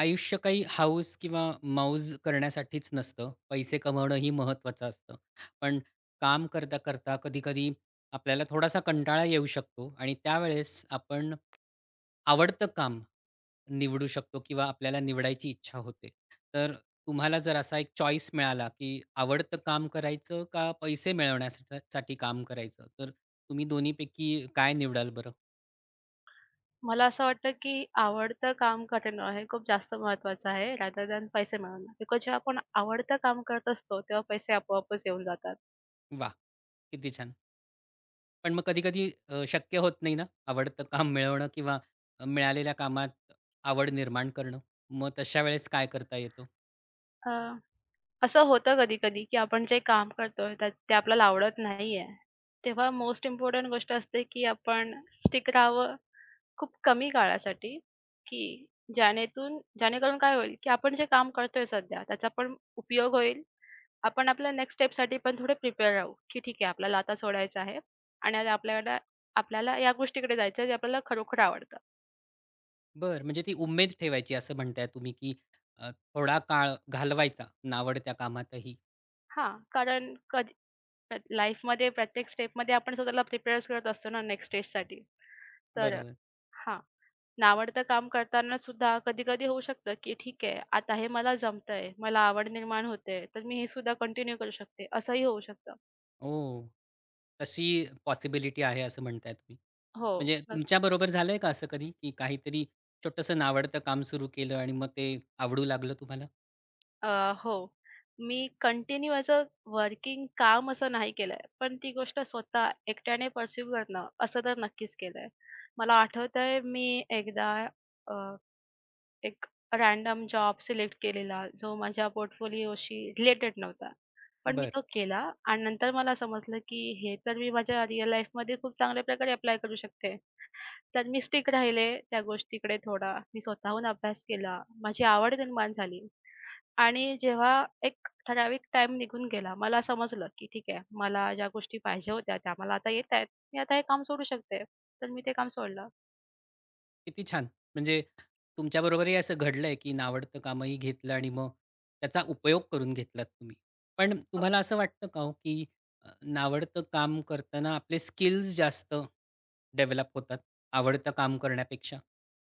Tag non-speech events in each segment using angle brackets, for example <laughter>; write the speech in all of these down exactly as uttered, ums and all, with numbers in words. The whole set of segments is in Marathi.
आयुष्य काही हौस किंवा मौज करण्यासाठीच नसतं. पैसे कमवणंही महत्त्वाचं असतं. पण काम करता, करता कधी-कधी आपल्याला थोडासा कंटाळा येऊ शकतो आणि त्यावेळेस आपण आवडतं काम निवडू शकतो किंवा आपल्याला निवडायची इच्छा होते. तर तुम्हाला जर असा एक चॉईस मिळाला, की आवडतं काम करायचं का पैसे मिळवण्यासाठी साठी काम करायचं? तर तुम्ही दोन्हीपैकी काय निवडाल बरं? मला असं वाटतं, की आवडतं काम करणं हे खूप जास्त महत्त्वाचं आहे रादर दॅन पैसे मिळवणं. बिकॉज जेव्हा आपण आवडतं काम करत असतो, तेव्हा पैसे आपोआपच येऊन जातात. वाह! किती छान. पण मग कधी-कधी अ, शक्य होत नाही ना, आवडतं काम मिळवणं किंवा अ, मिळालेल्या कामात आवड निर्माण करणं. मग तशा वेळेस काय करता येतं? अ, असं होतं कधी-कधी, की आपण जे काम करतोय त्यात ते आपल्याला आवडत नाहीये. तेव्हा मोस्ट इम्पोर्टंट गोष्ट असते, की आपण स्टिक राहावं खूप कमी काळासाठी, की ज्यानेतून जेणेकरून काय होईल, की आपण जे काम करतोय सध्या त्याचा पण उपयोग होईल. आपण आपल्या नेक्स्ट स्टेपसाठी पण थोडे प्रिपेअर राहू, की ठीक आहे आपल्याला आता सोडायचं आहे आणि आता आपल्याला आपल्याला या गोष्टीकडे जायचं आहे जे आपल्याला खरोखर आवडतं. बरं, म्हणजे ती उमेद ठेवायची असं म्हणताय तुम्ही, की अ, थोडा काळ घालवायचा नावडत्या कामातही. हां, कारण कधी लाईफमध्ये प्रत्येक स्टेपमध्ये आपण स्वतःला प्रिपेअर्स करत असतो ना नेक्स्ट स्टेजसाठी. तर बरोबर. हां, नावडतं काम करताना सुद्धा कधी-कधी होऊ शकतं, की ठीक आहे आता हे मला जमतंय, मला आवड निर्माण होते, तर मी हे सुद्धा कंटिन्यू करू शकते, असंही होऊ शकतं. ओह! तशी पॉसिबिलिटी आहे असं म्हणताय तुम्ही. हो. म्हणजे तुमच्याबरोबर झालंय का असं कधी, की काहीतरी छोटंसं नावडतं काम सुरू केलं आणि मग ते आवडू लागलं तुम्हाला? अ, हो. मी कंटिन्यू ॲज वर्किंग काम असं नाही केलंय. पण ती गोष्ट स्वतः एकट्याने पर्स्यू करणं असं तर नक्कीच केलंय. मला आठवतंय मी एकदा अ, एक रँडम जॉब सिलेक्ट केलेला जो माझ्या पोर्टफोलिओशी रिलेटेड नव्हता. पण मी बरं. तो केला आणि नंतर मला समजलं की हे तर मी माझ्या रिअल लाईफमध्ये खूप चांगल्या प्रकारे अप्लाय करू शकते. तर मी स्टिक राहिले त्या गोष्टीकडे थोडा. मी स्वतःहून अभ्यास केला. माझी आवड निर्माण झाली. आणि जेव्हा एक ठराविक टाइम निघून गेला, मला समजलं, की ठीक आहे, मला ज्या गोष्टी पाहिजे होत्या त्या मला आता येतायत. मी आता हे काम सोडू शकते. तर मी ते काम सोडलं. किती छान! म्हणजे तुमच्याबरोबरही असं घडलंय, की नावडतं कामही घेतलं आणि मग त्याचा उपयोग करून घेतलात तुम्ही. पण अ, तुम्हाला असं वाटतं का हो, की अ, नावडतं काम करताना आपले स्किल्स जास्त डेव्हलप होतात, आवडतं काम करण्यापेक्षा?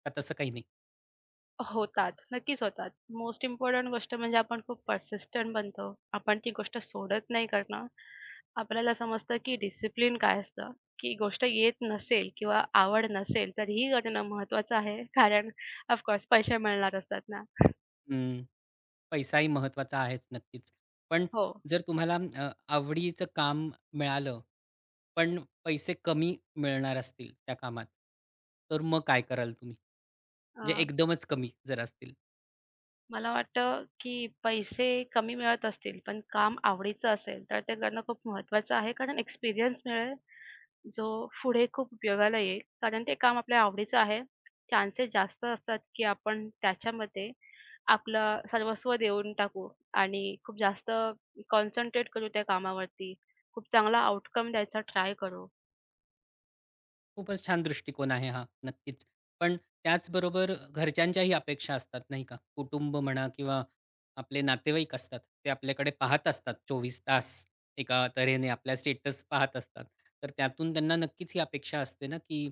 का तसं काही नाही? होतात, नक्कीच होतात. मोस्ट इम्पोर्टंट गोष्ट म्हणजे आपण खूप पर्सिस्टंट बनतो. आपण ती गोष्ट सोडत नाही करणं. आपल्याला समजतं, की डिसिप्लिन काय असतं, की गोष्ट येत नसेल किंवा आवड नसेल तरीही करणं महत्त्वाचं आहे. कारण ऑफ पैसे मिळणार असतात ना. हं, पैसाही महत्त्वाचा आहेच नक्कीच. पण हो. जर तुम्हाला अ, आवडीचं काम मिळालं, पण पैसे कमी मिळणार असतील त्या कामात, तर मग काय कराल तुम्ही? म्हणजे अ एकदमच कमी जर असतील? मला वाटतं, की पैसे कमी मिळत असतील, पण काम आवडीचं असेल, तर ते करणं खूप महत्त्वाचं आहे. कारण एक्सपिरियन्स मिळेल, जो पुढे खूप उपयोगाला येईल. कारण ते काम आपल्या आवडीचं आहे. चान्सेस जास्त असतात, की आपण त्याच्यामध्ये आपलं सर्वस्व देऊन टाकू आणि खूप जास्त कॉन्सन्ट्रेट करू त्या कामावरती. खूप चांगला आउटकम द्यायचा ट्राय करू. खूपच छान दृष्टिकोन आहे हा, नक्कीच. पण त्याचबरोबर घरच्यांच्याही अपेक्षा असतात नाही का? कुटुंब म्हणा किंवा आपले नातेवाईक असतात. ते आपल्याकडे पाहत असतात चोवीस तास एका तऱ्हेने आपला स्टेटस पाहत असतात. तर त्यातून त्यांना नक्कीच ही अपेक्षा असते ना, की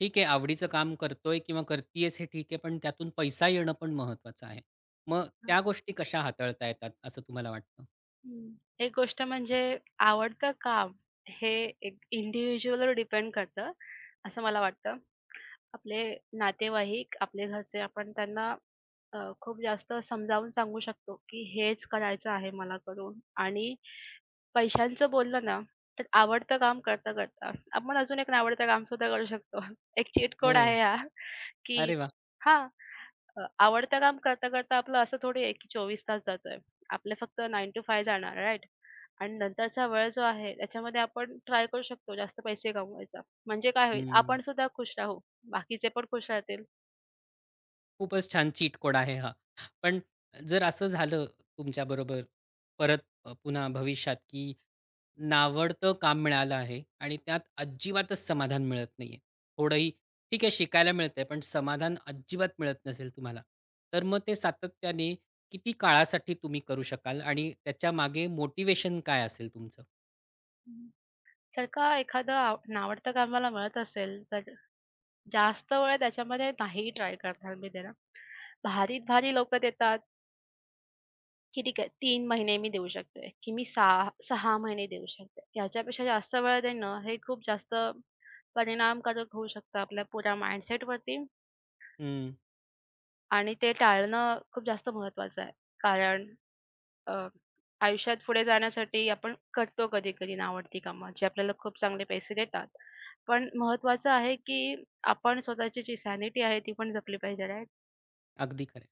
ठीक आहे आवडीचं काम करतोय किंवा करतीयेस हे ठीक आहे, पण त्यातून पैसा येणं पण महत्त्वाचं आहे. मग त्या गोष्टी कशा हाताळता येतात असं तुम्हाला वाटतं? हं. एक गोष्ट म्हणजे आवडतं काम हे एक इंडिव्हिज्युअलवर डिपेंड करतं, असं मला वाटतं. आपले नातेवाईक, आपले घरचे आपण त्यांना अ, खूप जास्त समजावून सांगू शकतो, की हेच करायचं आहे मला करून आणि पैशांचं बोललं ना, तर आवडतं काम करता-करता आपण अजून एक नावडतं काम सुद्धा करू शकतो. <laughs> एक चीट कोड हो. आहे हा, की अरे वाह! हां, अ, आवडतं काम करता-करता आपलं असं थोडी आहे की चोवीस तास जातोय. आपले फक्त नऊ to पाच जाणार राइट आणि नंतरचा वेळ जो आहे त्याच्यामध्ये आपण ट्राय करू शकतो जास्त पैसे कमवायचा. म्हणजे काय होईल आपण हं. सुद्धा खुश राहू, बाकीचे पण खुश राहतील. खूपच छान चीट कोड आहे हा. पण जर असं झालं तुमच्याबरोबर परत अ, पुन्हा भविष्यात, की नावडतं काम मिळालं आहे आणि त्यात अजिबातच समाधान मिळत नाहीये. थोडंही ठीक आहे शिकायला मिळतंय, पण समाधान अजिबात मिळत नसेल तुम्हाला. तर मग ते सातत्याने किती काळासाठी तुम्ही करू शकाल आणि त्याच्यामागे मोटिव्हेशन काय असेल तुमचं? हम्म. जर का एखादं आव नावडतं कामाला मिळत असेल, तर जास्त वेळ त्याच्यामध्ये नाही ट्राय करणार मी त्याला. भारी-भारी लोकं देतात, की ठीक आहे तीन महिने मी देऊ शकते, की मी सहा 6 महिने देऊ शकते. याच्यापेक्षा जास्त वेळ देणं हे खूप जास्त परिणामकारक होऊ शकतं आपल्या पुऱ्या माइंडसेटवरती हं, आणि ते टाळणं खूप जास्त महत्त्वाचं आहे. कारण अ, आयुष्यात पुढे जाण्यासाठी आपण करतो कधी-कधी नावडती कामं, जी आपल्याला खूप चांगले पैसे देतात. पण महत्त्वाचं आहे, की आपण स्वतःची जी सॅनिटी आहे ती पण जपली पाहिजे, राइट? अगदी खरं.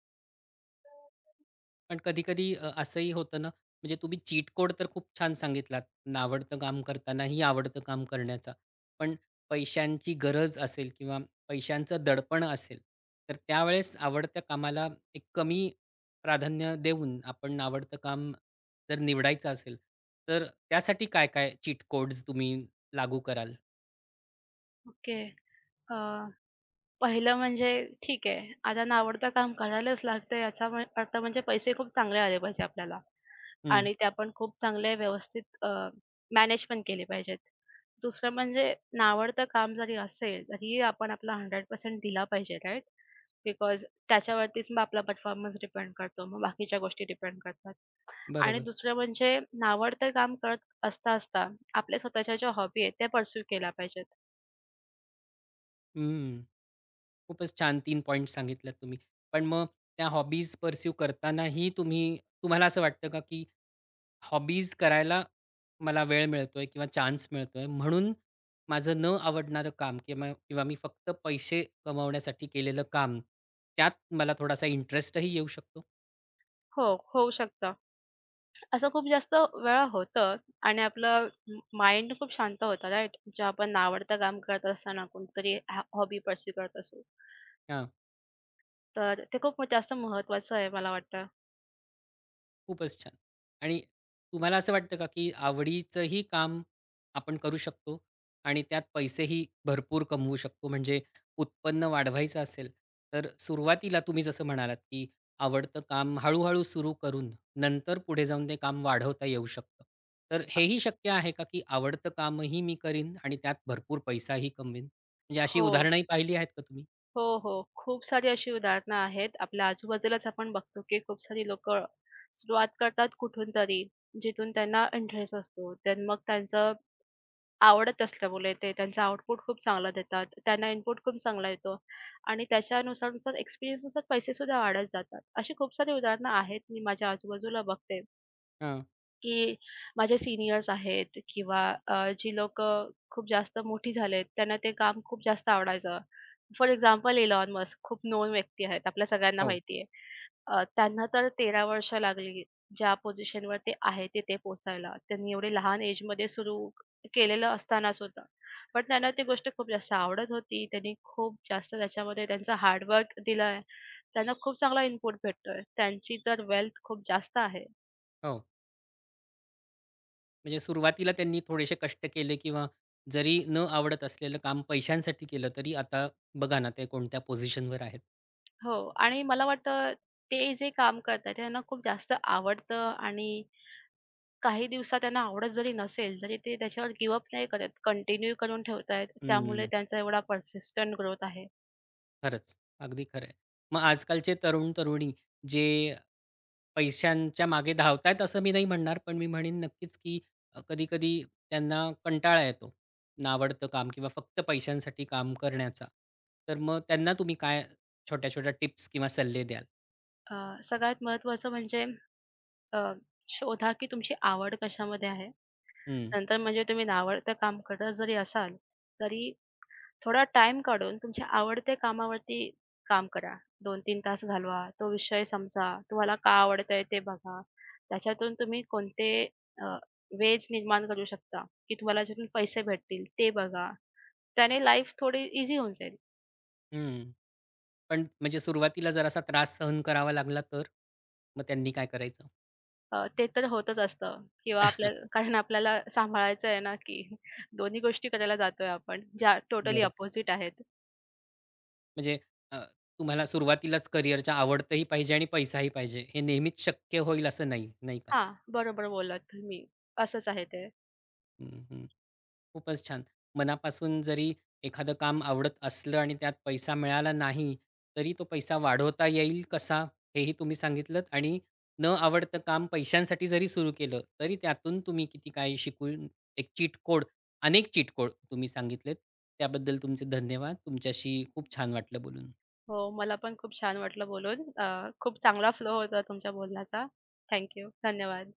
पण कधी-कधी अ, असंही होतं ना, म्हणजे तुम्ही चीट कोड तर खूप छान सांगितलात, नावडतं काम करतानाही आवडतं काम करण्याचा. पण पैशांची गरज असेल किंवा पैशांचं दडपण असेल, तर त्यावेळेस आवडत्या कामाला एक कमी प्राधान्य देऊन आपण नावडतं काम जर निवडायचं असेल, तर त्यासाठी काय-काय चीट कोड्स तुम्ही लागू कराल? ओके. पहिलं म्हणजे ठीक आहे, आता नावडतं काम करायलाच लागतं याचा म्ह अर्थ म्हणजे पैसे खूप चांगले आले पाहिजे आपल्याला हं, आणि ते आपण खूप चांगले व्यवस्थित अ, मॅनेज पण केले पाहिजेत. दुसरं म्हणजे नावडतं काम जरी असेल, तरीही आपण आपला शंभर टक्के दिला पाहिजे, राइट? बिकॉज त्याच्यावरतीच मग आपला परफॉर्मन्स डिपेंड करतो. मग बाकीच्या गोष्टी डिपेंड करतात. आणि बरोबर. दुसरं म्हणजे नावडतं काम करत असता, असता आपल्या स्वतःच्या ज्या हॉबी आहेत त्या पर्स्यू केल्या पाहिजेत. हं. खूपच छान तीन पॉइंट्स सांगितलेत तुम्ही. पण मग त्या हॉबीज पर्स्यू करतानाही तुम्ही तुम्हाला असं वाटतं का, की हॉबीज करायला मला वेळ मिळतोय किंवा चान्स मिळतोय म्हणून माझं न आवडणारं काम किंवा किंवा मी फक्त पैसे कमवण्यासाठी केलेलं काम, त्यात मला थोडासा इंटरेस्टही येऊ शकतो? हो, होऊ शकतं. असं खूप जास्त वेळा होतं आणि आपलं माइंड खूप शांत होतं राइट? जेव्हा आपण आवडतं काम करत असताना कोणतरी ह हॉबी पर्स्यू करत असू. तर ते खूप जास्त महत्त्वाचं आहे मला वाटतं. खूपच छान. आणि तुम्हाला असं वाटतं का, की आवडीचंही काम आपण करू शकतो आणि त्यात पैसेही भरपूर कमवू शकतो? म्हणजे उत्पन्न वाढवायचं असेल, तर सुरुवातीला तुम्ही जसं म्हणालात, की आवडतं काम हळू-हळू सुरू करून नंतर पुढे जाऊन ते काम वाढवता येऊ शकतं. तर अ, हेही शक्य आहे का, की आवडतं कामही मी करीन आणि त्यात भरपूर पैसाही कमवीन? म्हणजे अशी हो. उदाहरणंही पाहिली आहेत का तुम्ही? हो, हो. खूप सारी अशी उदाहरणं आहेत. आपल्या आजूबाजूलाच आपण बघतो, की खूप सारी लोकं सुरुवात करतात कुठूनतरी, जिथून त्यांना इंटरेस्ट असतो. तर मग त्यांचं आवडत असल्यामुळे ते त्यांचा आउटपुट खूप चांगला देतात. त्यांना इनपुट खूप चांगला येतो आणि त्याच्यानुसार नुसार experience नुसार पैसे पैसेसुद्धा वाढत जातात. अशी खूप सारी उदाहरणं आहेत. मी माझ्या आजूबाजूला बघते, हां. की माझे सीनियर्स आहेत किंवा अ, जी लोकं खूप जास्त मोठी झालेत, त्यांना ते काम खूप जास्त आवडायचं. फॉर एक्झाम्पल इलॉन मस्क खूप नोन व्यक्ती आहेत. आपल्या सगळ्यांना हो, माहिती आहे. अ, त्यांना तर तेरा वर्ष लागली. ज्या पोझिशनवर ते आहे तिथे पोहोचायला. त्यांनी एवढे लहान एजमध्ये सुरू केलेलं असताना सुद्धा. पण त्यांना ती गोष्ट खूप जास्त आवडत होती. त्यांनी खूप जास्त त्याच्यामध्ये त्यांचं हार्डवर्क दिलंय. त्यांना खूप चांगला इनपुट भेटतोय. त्यांची तर वेल्थ खूप जास्त आहे. हो. म्हणजे सुरुवातीला त्यांनी थोडेसे कष्ट केले किंवा जरी न आवडत असलेलं काम पैशांसाठी केलं तरी आता बघा ना ते कोणत्या पोझिशनवर आहेत. हो आणि मला वाटतं ते जे काम करतायत त्यांना खूप जास्त आवडतं आणि काही दिवसात त्यांना आवडत जरी नसेल, तरी ते त्याच्यावर गिव्ह नाही करत. कंटिन्यू करून ठेवतायत. त्यामुळे हं, त्यांचा एवढा पर्सिस्टंट ग्रोथ आहे. खरंच. अगदी खरं आहे. मग आजकालचे तरुण-तरुणी जे पैशांच्या मागे धावतायत असं मी नाही म्हणणार, पण मी म्हणेन नक्कीच की अ, कधी-कधी त्यांना कंटाळा येतो नावडतं काम किंवा फक्त पैशांसाठी काम करण्याचा. तर मग त्यांना तुम्ही काय छोट्या-छोट्या टिप्स किंवा सल्ले द्याल? अ, सगळ्यात महत्त्वाचं म्हणजे अ, शोधा की तुमची आवड कशामध्ये आहे. हं, नंतर म्हणजे तुम्ही नावडतं काम करत जरी असाल, तरी थोडा टाईम काढून तुमच्या आवडत्या कामावरती काम करा. दोन तीन तास घालवा. तो विषय समजा. तुम्हाला का आवडतंय ते बघा. त्याच्यातून तुम्ही कोणते वेज निर्माण करू शकता, की तुम्हाला त्याच्यातून पैसे भेटतील ते बघा. त्याने लाईफ थोडी ईझी होऊन जाईल. हं. पण म्हणजे सुरुवातीला जरासा त्रास सहन करावा लागला तर? मग त्यांनी काय करायचं? अ, ते तर होतच असतं किंवा आपल्या <laughs> कारण आपल्याला सांभाळायचं आहे ना, की दोन्ही गोष्टी करायला जातोय आपण, ज्या टोटली बरोबर. अपोझिट आहेत. म्हणजे अ, तुम्हाला सुरुवातीलाच करिअरच्या आवडतही पाहिजे आणि पैसाही पाहिजे. हे नेहमीच शक्य होईल असं नाही, नाही का? हां, बरोबर बोललात तुम्ही. असंच आहे ते. हं, हं. खूपच छान. मनापासून जरी एखादं काम आवडत असलं आणि त्यात पैसा मिळाला नाही, तरी तो पैसा वाढवता येईल कसा हेही तुम्ही सांगितलत आणि न आवडतं काम पैशांसाठी जरी सुरू केलं, तरी त्यातून तुम्ही किती काही शिकून एक चीट कोड, अनेक चीट कोड तुम्ही सांगितलेत. त्याबद्दल तुमचे धन्यवाद. तुमच्याशी खूप छान वाटलं बोलून. हो, मला पण खूप छान वाटलं बोलून. अ, खूप चांगला फ्लो होता तुमच्या बोलण्याचा. Thank you. धन्यवाद.